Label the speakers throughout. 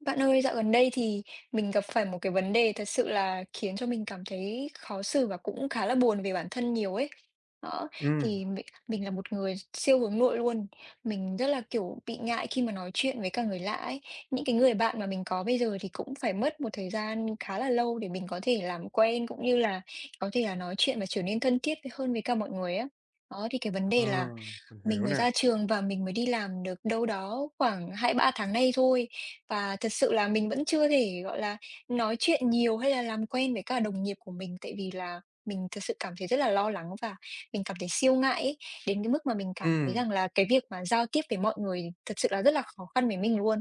Speaker 1: Bạn ơi, dạo gần đây thì mình gặp phải một cái vấn đề thật sự là khiến cho mình cảm thấy khó xử và cũng khá là buồn về bản thân nhiều ấy. Đó,
Speaker 2: Ừm,
Speaker 1: thì mình là một người siêu hướng nội luôn. Mình rất là kiểu bị ngại khi mà nói chuyện với cả người lạ ấy. Những cái người bạn mà mình có bây giờ thì cũng phải mất một thời gian khá là lâu để mình có thể làm quen cũng như là có thể là nói chuyện và trở nên thân thiết hơn với cả mọi người á. Đó, thì cái vấn
Speaker 2: à,
Speaker 1: đề là
Speaker 2: mình
Speaker 1: mình
Speaker 2: hiểu
Speaker 1: mới
Speaker 2: nè.
Speaker 1: ra trường và mình mới đi làm được đâu đó khoảng 2-3 tháng nay thôi. Và thật sự là mình vẫn chưa thể, gọi là, nói chuyện nhiều hay là làm quen với cả đồng nghiệp của mình, tại vì là mình thật sự cảm thấy rất là lo lắng và mình cảm thấy siêu ngại ấy, đến cái mức mà mình cảm thấy
Speaker 2: Ừm,
Speaker 1: rằng là cái việc mà giao tiếp với mọi người thật sự là rất là khó khăn với mình luôn.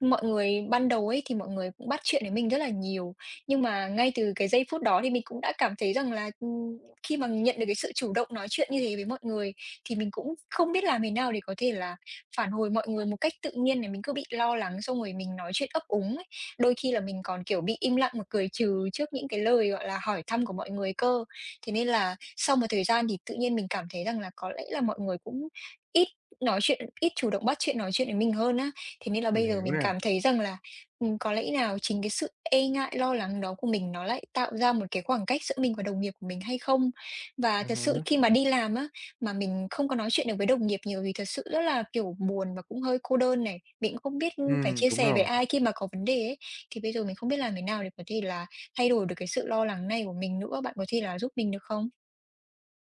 Speaker 1: Mọi người ban đầu ấy thì mọi người cũng bắt chuyện với mình rất là nhiều, nhưng mà ngay từ cái giây phút đó thì mình cũng đã cảm thấy rằng là, khi mà nhận được cái sự chủ động nói chuyện như thế với mọi người, thì mình cũng không biết làm thế nào để có thể là phản hồi mọi người một cách tự nhiên này, mình cứ bị lo lắng xong rồi mình nói chuyện ấp úng ấy. Đôi khi là mình còn, kiểu, bị im lặng và cười trừ trước những cái lời, gọi là, hỏi thăm của mọi người cơ. Thế nên là sau một thời gian thì tự nhiên mình cảm thấy rằng là có lẽ là mọi người cũng ít nói chuyện, ít chủ động bắt chuyện nói chuyện với mình hơn á. Thế nên là
Speaker 2: mình
Speaker 1: bây giờ
Speaker 2: hiểu
Speaker 1: mình
Speaker 2: nè.
Speaker 1: cảm thấy rằng là, có lẽ nào chính cái sự e ngại, lo lắng đó của mình nó lại tạo ra một cái khoảng cách giữa mình và đồng nghiệp của mình hay không? Và
Speaker 2: À
Speaker 1: thật sự
Speaker 2: há,
Speaker 1: khi mà đi làm á, mà mình không có nói chuyện được với đồng nghiệp nhiều thì thật sự rất là, kiểu, buồn và cũng hơi cô đơn này. Mình cũng không biết phải chia
Speaker 2: đúng
Speaker 1: sẻ với
Speaker 2: rồi.
Speaker 1: ai khi mà có vấn đề ấy. Thì bây giờ mình không biết làm thế nào để có thể là thay đổi được cái sự lo lắng này của mình nữa, bạn có thể là giúp mình được không?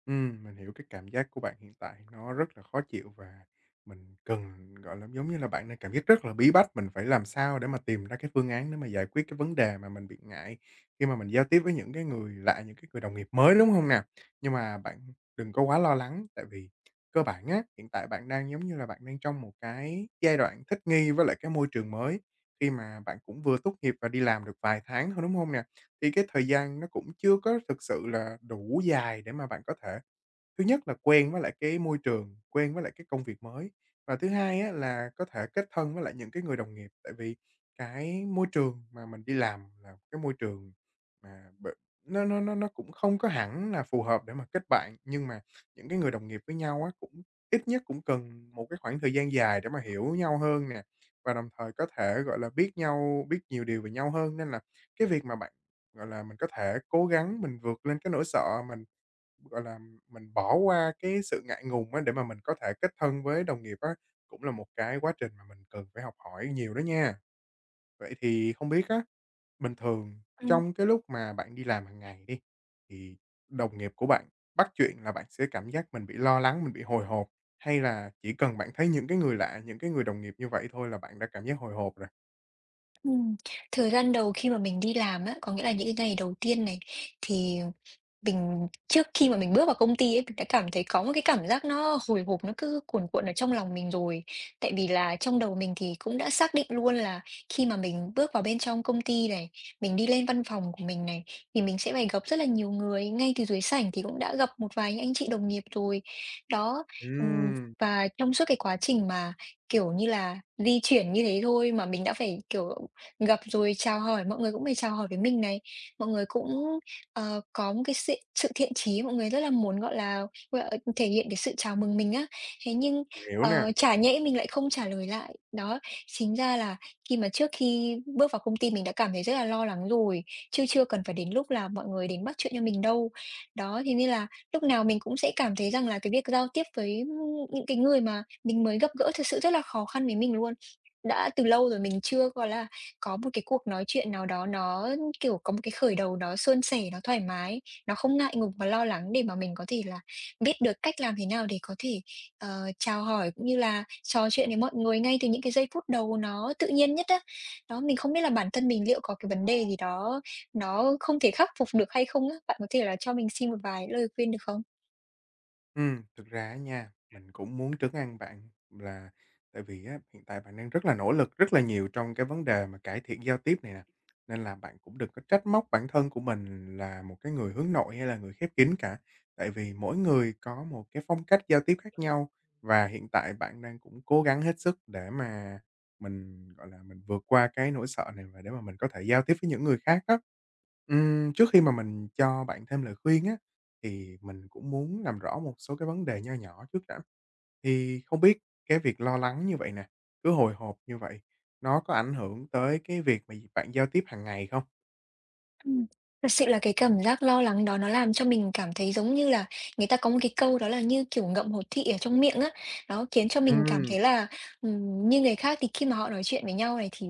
Speaker 2: Mình hiểu cái cảm giác của bạn hiện tại nó rất là khó chịu và mình cần, gọi là, giống như là, bạn đang cảm giác rất là bí bách, mình phải làm sao để mà tìm ra cái phương án để mà giải quyết cái vấn đề mà mình bị ngại khi mà mình giao tiếp với những cái người lạ, những cái người đồng nghiệp mới, đúng hông nè? Nhưng mà bạn đừng có quá lo lắng, tại vì cơ bản á, hiện tại bạn đang, giống như là, bạn đang trong một cái giai đoạn thích nghi với lại cái môi trường mới, khi mà bạn cũng vừa tốt nghiệp và đi làm được vài tháng thôi, đúng hông nè? Thì cái thời gian nó cũng chưa có thực sự là đủ dài để mà bạn có thể, thứ nhất là quen với lại cái môi trường, quen với lại cái công việc mới, và thứ hai á là có thể kết thân với lại những cái người đồng nghiệp. Tại vì cái môi trường mà mình đi làm là một cái môi trường mà nó cũng không có hẳn là phù hợp để mà kết bạn, nhưng mà những cái người đồng nghiệp với nhau á, cũng ít nhất cũng cần một cái khoảng thời gian dài để mà hiểu nhau hơn nè, và đồng thời có thể, gọi là, biết nhiều điều về nhau hơn. Nên là cái việc mà bạn, gọi là, mình có thể cố gắng mình vượt lên cái nỗi sợ mình, gọi là, mình bỏ qua cái sự ngại ngùng á để mà mình có thể kết thân với đồng nghiệp á, cũng là một cái quá trình mà mình cần phải học hỏi nhiều đó nha. Vậy thì không biết á, bình thường
Speaker 1: Ừm.
Speaker 2: trong cái lúc mà bạn đi làm hàng ngày đi, thì đồng nghiệp của bạn bắt chuyện là bạn sẽ cảm giác mình bị lo lắng, mình bị hồi hộp, hay là chỉ cần bạn thấy những cái người lạ, những cái người đồng nghiệp như vậy thôi là bạn đã cảm giác hồi hộp rồi?
Speaker 1: Ừm, Thời gian đầu khi mà mình đi làm á, có nghĩa là những cái ngày đầu tiên này, thì mình trước khi mà mình bước vào công ty ấy, mình đã cảm thấy có một cái cảm giác nó hồi hộp, nó cứ cuồn cuộn ở trong lòng mình rồi. Tại vì là trong đầu mình thì cũng đã xác định luôn là khi mà mình bước vào bên trong công ty này, mình đi lên văn phòng của mình này, thì mình sẽ phải gặp rất là nhiều người, ngay từ dưới sảnh thì cũng đã gặp một vài những anh chị đồng nghiệp rồi. Đó, ừm,
Speaker 2: Ừm,
Speaker 1: và trong suốt cái quá trình mà, kiểu như là, di chuyển như thế thôi mà mình đã phải, kiểu, gặp rồi chào hỏi, mọi người cũng phải chào hỏi với mình này. Mọi người cũng, có một cái sự sự thiện chí, mọi người rất là muốn, gọi là, thể hiện cái sự chào mừng mình á. Thế nhưng,
Speaker 2: mình hiểu nè.
Speaker 1: chả nhẽ mình lại không trả lời lại. Đó, chính ra là khi mà trước khi bước vào công ty mình đã cảm thấy rất là lo lắng rồi, chứ chưa cần phải đến lúc là mọi người đến bắt chuyện cho mình đâu. Đó, thế nên là lúc nào mình cũng sẽ cảm thấy rằng là cái việc giao tiếp với, những cái người mà mình mới gặp gỡ thực sự rất là khó khăn với mình luôn. Đã từ lâu rồi mình chưa, gọi là, có một cái cuộc nói chuyện nào đó nó, kiểu, có một cái khởi đầu đó suôn sẻ, nó thoải mái, nó không ngại ngùng và lo lắng để mà mình có thể là biết được cách làm thế nào để có thể, chào hỏi cũng như là trò chuyện với mọi người ngay từ những cái giây phút đầu nó tự nhiên nhất á. Đó, mình không biết là bản thân mình liệu có cái vấn đề gì đó nó không thể khắc phục được hay không á? Bạn có thể là cho mình xin một vài lời khuyên được không?
Speaker 2: Ừ, thực ra á nha, mình cũng muốn trấn an bạn là tại vì á, hiện tại bạn đang rất là nỗ lực rất là nhiều trong cái vấn đề mà cải thiện giao tiếp này nè, nên là bạn cũng đừng có trách móc bản thân của mình là một cái người hướng nội hay là người khép kín cả. Tại vì mỗi người có một cái phong cách giao tiếp khác nhau và hiện tại bạn đang cũng cố gắng hết sức để mà mình, gọi là, mình vượt qua cái nỗi sợ này và để mà mình có thể giao tiếp với những người khác đó. Trước khi mà mình cho bạn thêm lời khuyên á, thì mình cũng muốn làm rõ một số cái vấn đề nho nhỏ trước đã. Thì không biết cái việc lo lắng như vậy nè, cứ hồi hộp như vậy, nó có ảnh hưởng tới cái việc mà bạn giao tiếp hàng ngày không?
Speaker 1: Ừm, Thật sự là cái cảm giác lo lắng đó nó làm cho mình cảm thấy giống như là người ta có một cái câu đó là như kiểu ngậm hột thị ở trong miệng á. Nó khiến cho mình cảm
Speaker 2: Ừm.
Speaker 1: thấy là, như người khác thì khi mà họ nói chuyện với nhau này thì,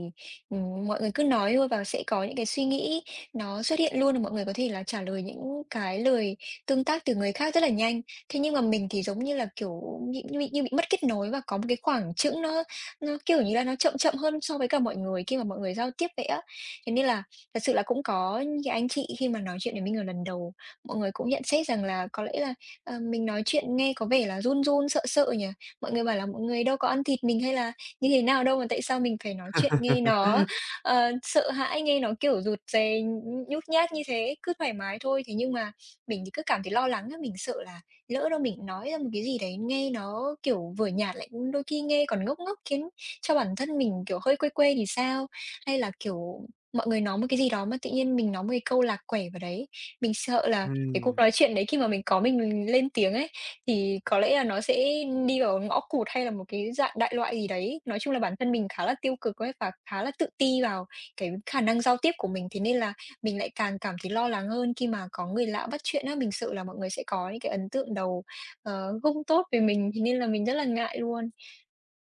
Speaker 1: mọi người cứ nói thôi và sẽ có những cái suy nghĩ nó xuất hiện luôn, và mọi người có thể là trả lời những cái lời tương tác từ người khác rất là nhanh. Thế nhưng mà mình thì giống như là, kiểu, bị mất kết nối và có một cái khoảng trững nó, kiểu như là, nó chậm chậm hơn so với cả mọi người khi mà mọi người giao tiếp vậy á. Thế nên là thật sự là cũng có những cái anh chị khi mà nói chuyện với mình ở lần đầu, mọi người cũng nhận xét rằng là có lẽ là, mình nói chuyện nghe có vẻ là run run, sợ sợ nhỉ? Mọi người bảo là "Mọi người đâu có ăn thịt mình hay là như thế nào đâu mà tại sao mình phải nói chuyện nghe nó, sợ hãi, nghe nó, kiểu, rụt rè, nhút nhát như thế, cứ thoải mái thôi." Thế nhưng mà mình thì cứ cảm thấy lo lắng á, mình sợ là lỡ đâu mình nói ra một cái gì đấy nghe nó, kiểu, vừa nhạt lại đôi khi nghe còn ngốc ngốc khiến cho bản thân mình, kiểu, hơi quê quê thì sao? Hay là, kiểu, mọi người nói một cái gì đó mà tự nhiên mình nói một cái câu lạc quẻ vào đấy. Mình sợ là cái cuộc
Speaker 2: Ừm,
Speaker 1: nói chuyện đấy khi mà mình có mình lên tiếng ấy, thì có lẽ là nó sẽ đi vào ngõ cụt hay là một cái dạng đại loại gì đấy. Nói chung là bản thân mình khá là tiêu cực ấy và khá là tự ti vào cái khả năng giao tiếp của mình, thế nên là mình lại càng cảm thấy lo lắng hơn khi mà có người lạ bắt chuyện á. Mình sợ là mọi người sẽ có những cái ấn tượng đầu, không tốt về mình, thế nên là mình rất là ngại luôn.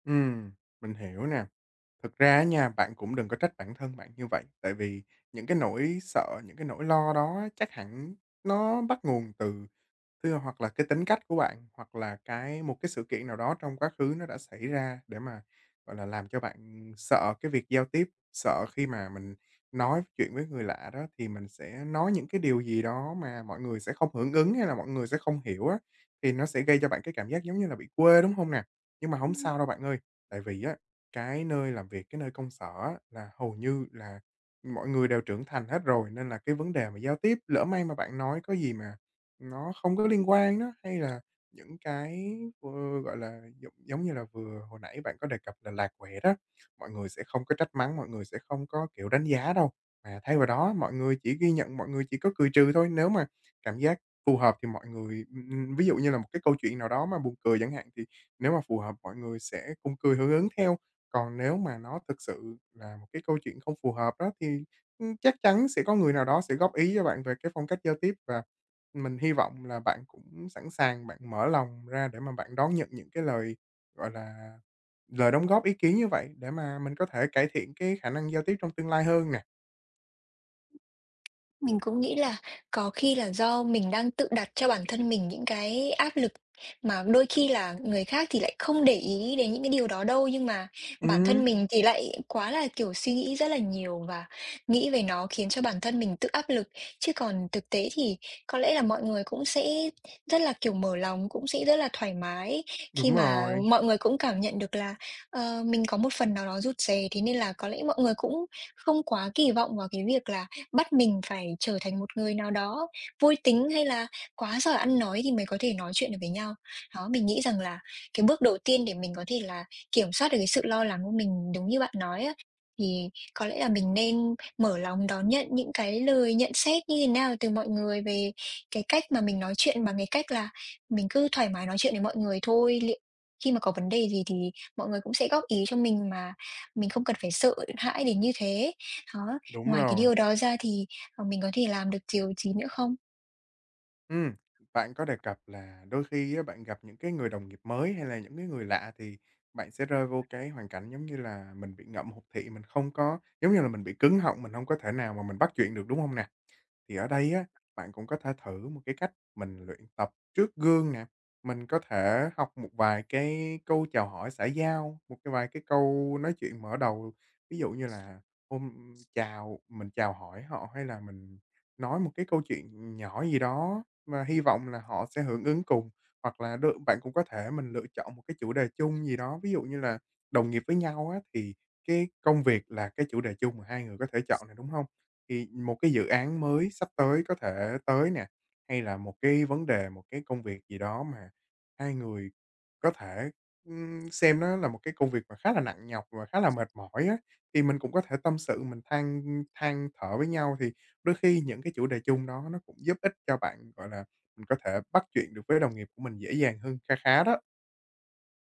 Speaker 2: ừm, mình hiểu nè. Thực ra á nha, bạn cũng đừng có trách bản thân bạn như vậy, tại vì những cái nỗi sợ, những cái nỗi lo đó chắc hẳn nó bắt nguồn từ, thưa, hoặc là cái tính cách của bạn, hoặc là cái một cái sự kiện nào đó trong quá khứ nó đã xảy ra để mà, gọi là, làm cho bạn sợ cái việc giao tiếp, sợ khi mà mình nói chuyện với người lạ đó thì mình sẽ nói những cái điều gì đó mà mọi người sẽ không hưởng ứng hay là mọi người sẽ không hiểu á, thì nó sẽ gây cho bạn cái cảm giác giống như là bị quê, đúng không nè? Nhưng mà không sao đâu bạn ơi, tại vì á, cái nơi làm việc, cái nơi công sở á là hầu như là mọi người đều trưởng thành hết rồi, nên là cái vấn đề mà giao tiếp, lỡ may mà bạn nói có gì mà nó không có liên quan đó, hay là những cái, ờ, gọi là, giống giống như là vừa hồi nãy bạn có đề cập là lạc quẻ đó, mọi người sẽ không có trách mắng, mọi người sẽ không có, kiểu, đánh giá đâu, mà thay vào đó mọi người chỉ ghi nhận, mọi người chỉ có cười trừ thôi. Nếu mà cảm giác phù hợp thì mọi người, ví dụ như là một cái câu chuyện nào đó mà buồn cười chẳng hạn, thì nếu mà phù hợp mọi người sẽ cùng cười hưởng ứng theo. Còn nếu mà nó thực sự là một cái câu chuyện không phù hợp đó thì, chắc chắn sẽ có người nào đó sẽ góp ý cho bạn về cái phong cách giao tiếp và mình hy vọng là bạn cũng sẵn sàng, bạn mở lòng ra để mà bạn đón nhận những cái lời, gọi là, lời đóng góp ý kiến như vậy để mà mình có thể cải thiện cái khả năng giao tiếp trong tương lai hơn nè.
Speaker 1: Mình cũng nghĩ là có khi là do mình đang tự đặt cho bản thân mình những cái áp lực mà đôi khi là người khác thì lại không để ý đến những cái điều đó đâu, nhưng mà bản thân
Speaker 2: Ừm.
Speaker 1: mình thì lại quá là, kiểu, suy nghĩ rất là nhiều và nghĩ về nó khiến cho bản thân mình tự áp lực. Chứ còn thực tế thì có lẽ là mọi người cũng sẽ rất là, kiểu, mở lòng, cũng sẽ rất là thoải mái khi
Speaker 2: Đúng
Speaker 1: mà
Speaker 2: rồi,
Speaker 1: mọi người cũng cảm nhận được là, mình có một phần nào đó rụt rè, thế nên là có lẽ mọi người cũng không quá kỳ vọng vào cái việc là bắt mình phải trở thành một người nào đó vui tính hay là quá giỏi ăn nói thì mới có thể nói chuyện được với nhau. Đó, mình nghĩ rằng là cái bước đầu tiên để mình có thể là kiểm soát được cái sự lo lắng của mình đúng như bạn nói á, thì có lẽ là mình nên mở lòng đón nhận những cái lời nhận xét như thế nào từ mọi người về cái cách mà mình nói chuyện bằng cái cách là mình cứ thoải mái nói chuyện với mọi người thôi. Liệu khi mà có vấn đề gì thì mọi người cũng sẽ góp ý cho mình mà mình không cần phải sợ hãi đến như thế. Đó,
Speaker 2: đúng
Speaker 1: ngoài cái
Speaker 2: rồi.
Speaker 1: điều đó ra thì, mình có thể làm được điều gì nữa không?
Speaker 2: Ừm, bạn có đề cập là đôi khi á, bạn gặp những cái người đồng nghiệp mới hay là những cái người lạ thì bạn sẽ rơi vô cái hoàn cảnh giống như là mình bị ngậm hụt thị, mình không có, giống như là mình bị cứng họng, mình không có thể nào mà mình bắt chuyện được, đúng không nè? Thì ở đây á, bạn cũng có thể thử một cái cách mình luyện tập trước gương nè. Mình có thể học một vài cái câu chào hỏi xã giao, một cái vài cái câu nói chuyện mở đầu. Ví dụ như là hôm chào, mình chào hỏi họ hay là mình nói một cái câu chuyện nhỏ gì đó mà hy vọng là họ sẽ hưởng ứng cùng. Hoặc là bạn cũng có thể mình lựa chọn một cái chủ đề chung gì đó. Ví dụ như là đồng nghiệp với nhau á, thì cái công việc là cái chủ đề chung mà hai người có thể chọn này, đúng không? Thì một cái dự án mới sắp tới có thể tới nè, hay là một cái vấn đề, một cái công việc gì đó mà hai người có thể, xem nó là một cái công việc mà khá là nặng nhọc và khá là mệt mỏi á, thì mình cũng có thể tâm sự, mình than thở với nhau. Thì đôi khi những cái chủ đề chung đó nó cũng giúp ích cho bạn, gọi là, mình có thể bắt chuyện được với đồng nghiệp của mình dễ dàng hơn khá khá đó.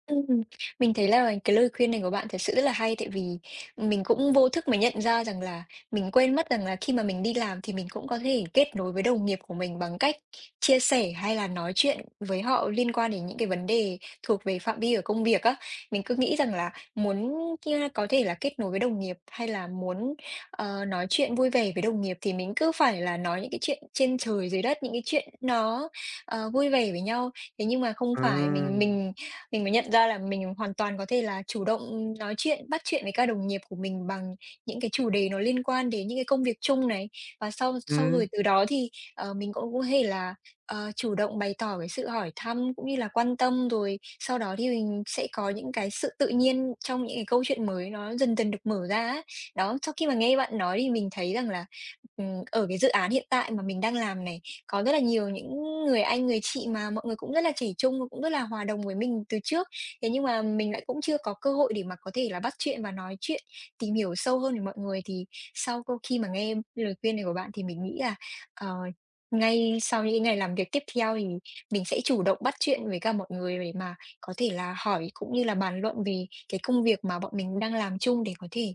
Speaker 1: Ừm, mình thấy là cái lời khuyên này của bạn thật sự rất là hay, tại vì mình cũng vô thức mình nhận ra rằng là mình quên mất rằng là khi mà mình đi làm thì mình cũng có thể kết nối với đồng nghiệp của mình bằng cách chia sẻ hay là nói chuyện với họ liên quan đến những cái vấn đề thuộc về phạm vi ở công việc á. Mình cứ nghĩ rằng là muốn kia có thể là kết nối với đồng nghiệp hay là muốn, nói chuyện vui vẻ với đồng nghiệp thì mình cứ phải là nói những cái chuyện trên trời dưới đất, những cái chuyện nó, vui vẻ với nhau. Thế nhưng mà không phải, mình
Speaker 2: Ừ,
Speaker 1: mình mình mới nhận ra là mình hoàn toàn có thể là chủ động nói chuyện, bắt chuyện với các đồng nghiệp của mình bằng những cái chủ đề nó liên quan đến những cái công việc chung này. Và sau sau
Speaker 2: ừ,
Speaker 1: rồi từ đó thì, mình cũng có thể là, chủ động bày tỏ cái sự hỏi thăm cũng như là quan tâm, rồi sau đó thì mình sẽ có những cái sự tự nhiên trong những cái câu chuyện mới nó dần dần được mở ra á. Đó, sau khi mà nghe bạn nói thì mình thấy rằng là ở cái dự án hiện tại mà mình đang làm này, có rất là nhiều những người anh, người chị mà mọi người cũng rất là trẻ trung và cũng rất là hòa đồng với mình từ trước. Thế nhưng mà mình lại cũng chưa có cơ hội để mà có thể là bắt chuyện và nói chuyện, tìm hiểu sâu hơn về mọi người. Thì sau câu khi mà nghe lời khuyên này của bạn thì mình nghĩ là, ờ, ngay sau những cái ngày làm việc tiếp theo thì mình sẽ chủ động bắt chuyện với cả mọi người để mà có thể là hỏi cũng như là bàn luận về cái công việc mà bọn mình đang làm chung để có thể,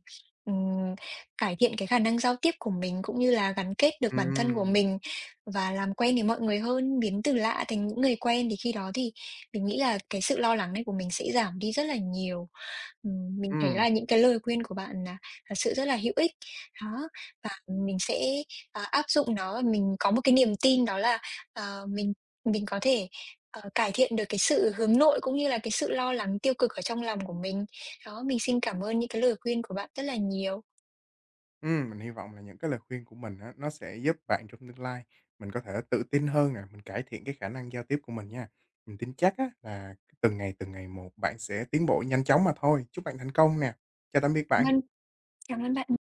Speaker 1: cải thiện cái khả năng giao tiếp của mình, cũng như là gắn kết được bản thân của
Speaker 2: ừm,
Speaker 1: mình và làm quen với mọi người hơn, biến từ lạ thành những người quen, thì khi đó thì mình nghĩ là cái sự lo lắng này của mình sẽ giảm đi rất là nhiều. Mình thấy
Speaker 2: ừm.
Speaker 1: là những cái lời khuyên của bạn là thật sự rất là hữu ích. Đó, và mình sẽ, áp dụng nó và mình có một cái niềm tin đó là, ờ, mình mình có thể, cải thiện được cái sự hướng nội, cũng như là cái sự lo lắng tiêu cực ở trong lòng của mình. Đó, mình xin cảm ơn những cái lời khuyên của bạn rất là nhiều.
Speaker 2: Mình hy vọng là những cái lời khuyên của mình á, nó sẽ giúp bạn trong tương lai, mình có thể tự tin hơn nè, mình cải thiện cái khả năng giao tiếp của mình nha. Mình tin chắc á, là từng ngày một bạn sẽ tiến bộ nhanh chóng mà thôi. Chúc bạn thành công nè. Chào tạm biệt
Speaker 1: Cảm
Speaker 2: bạn.
Speaker 1: ơn Cảm ơn bạn.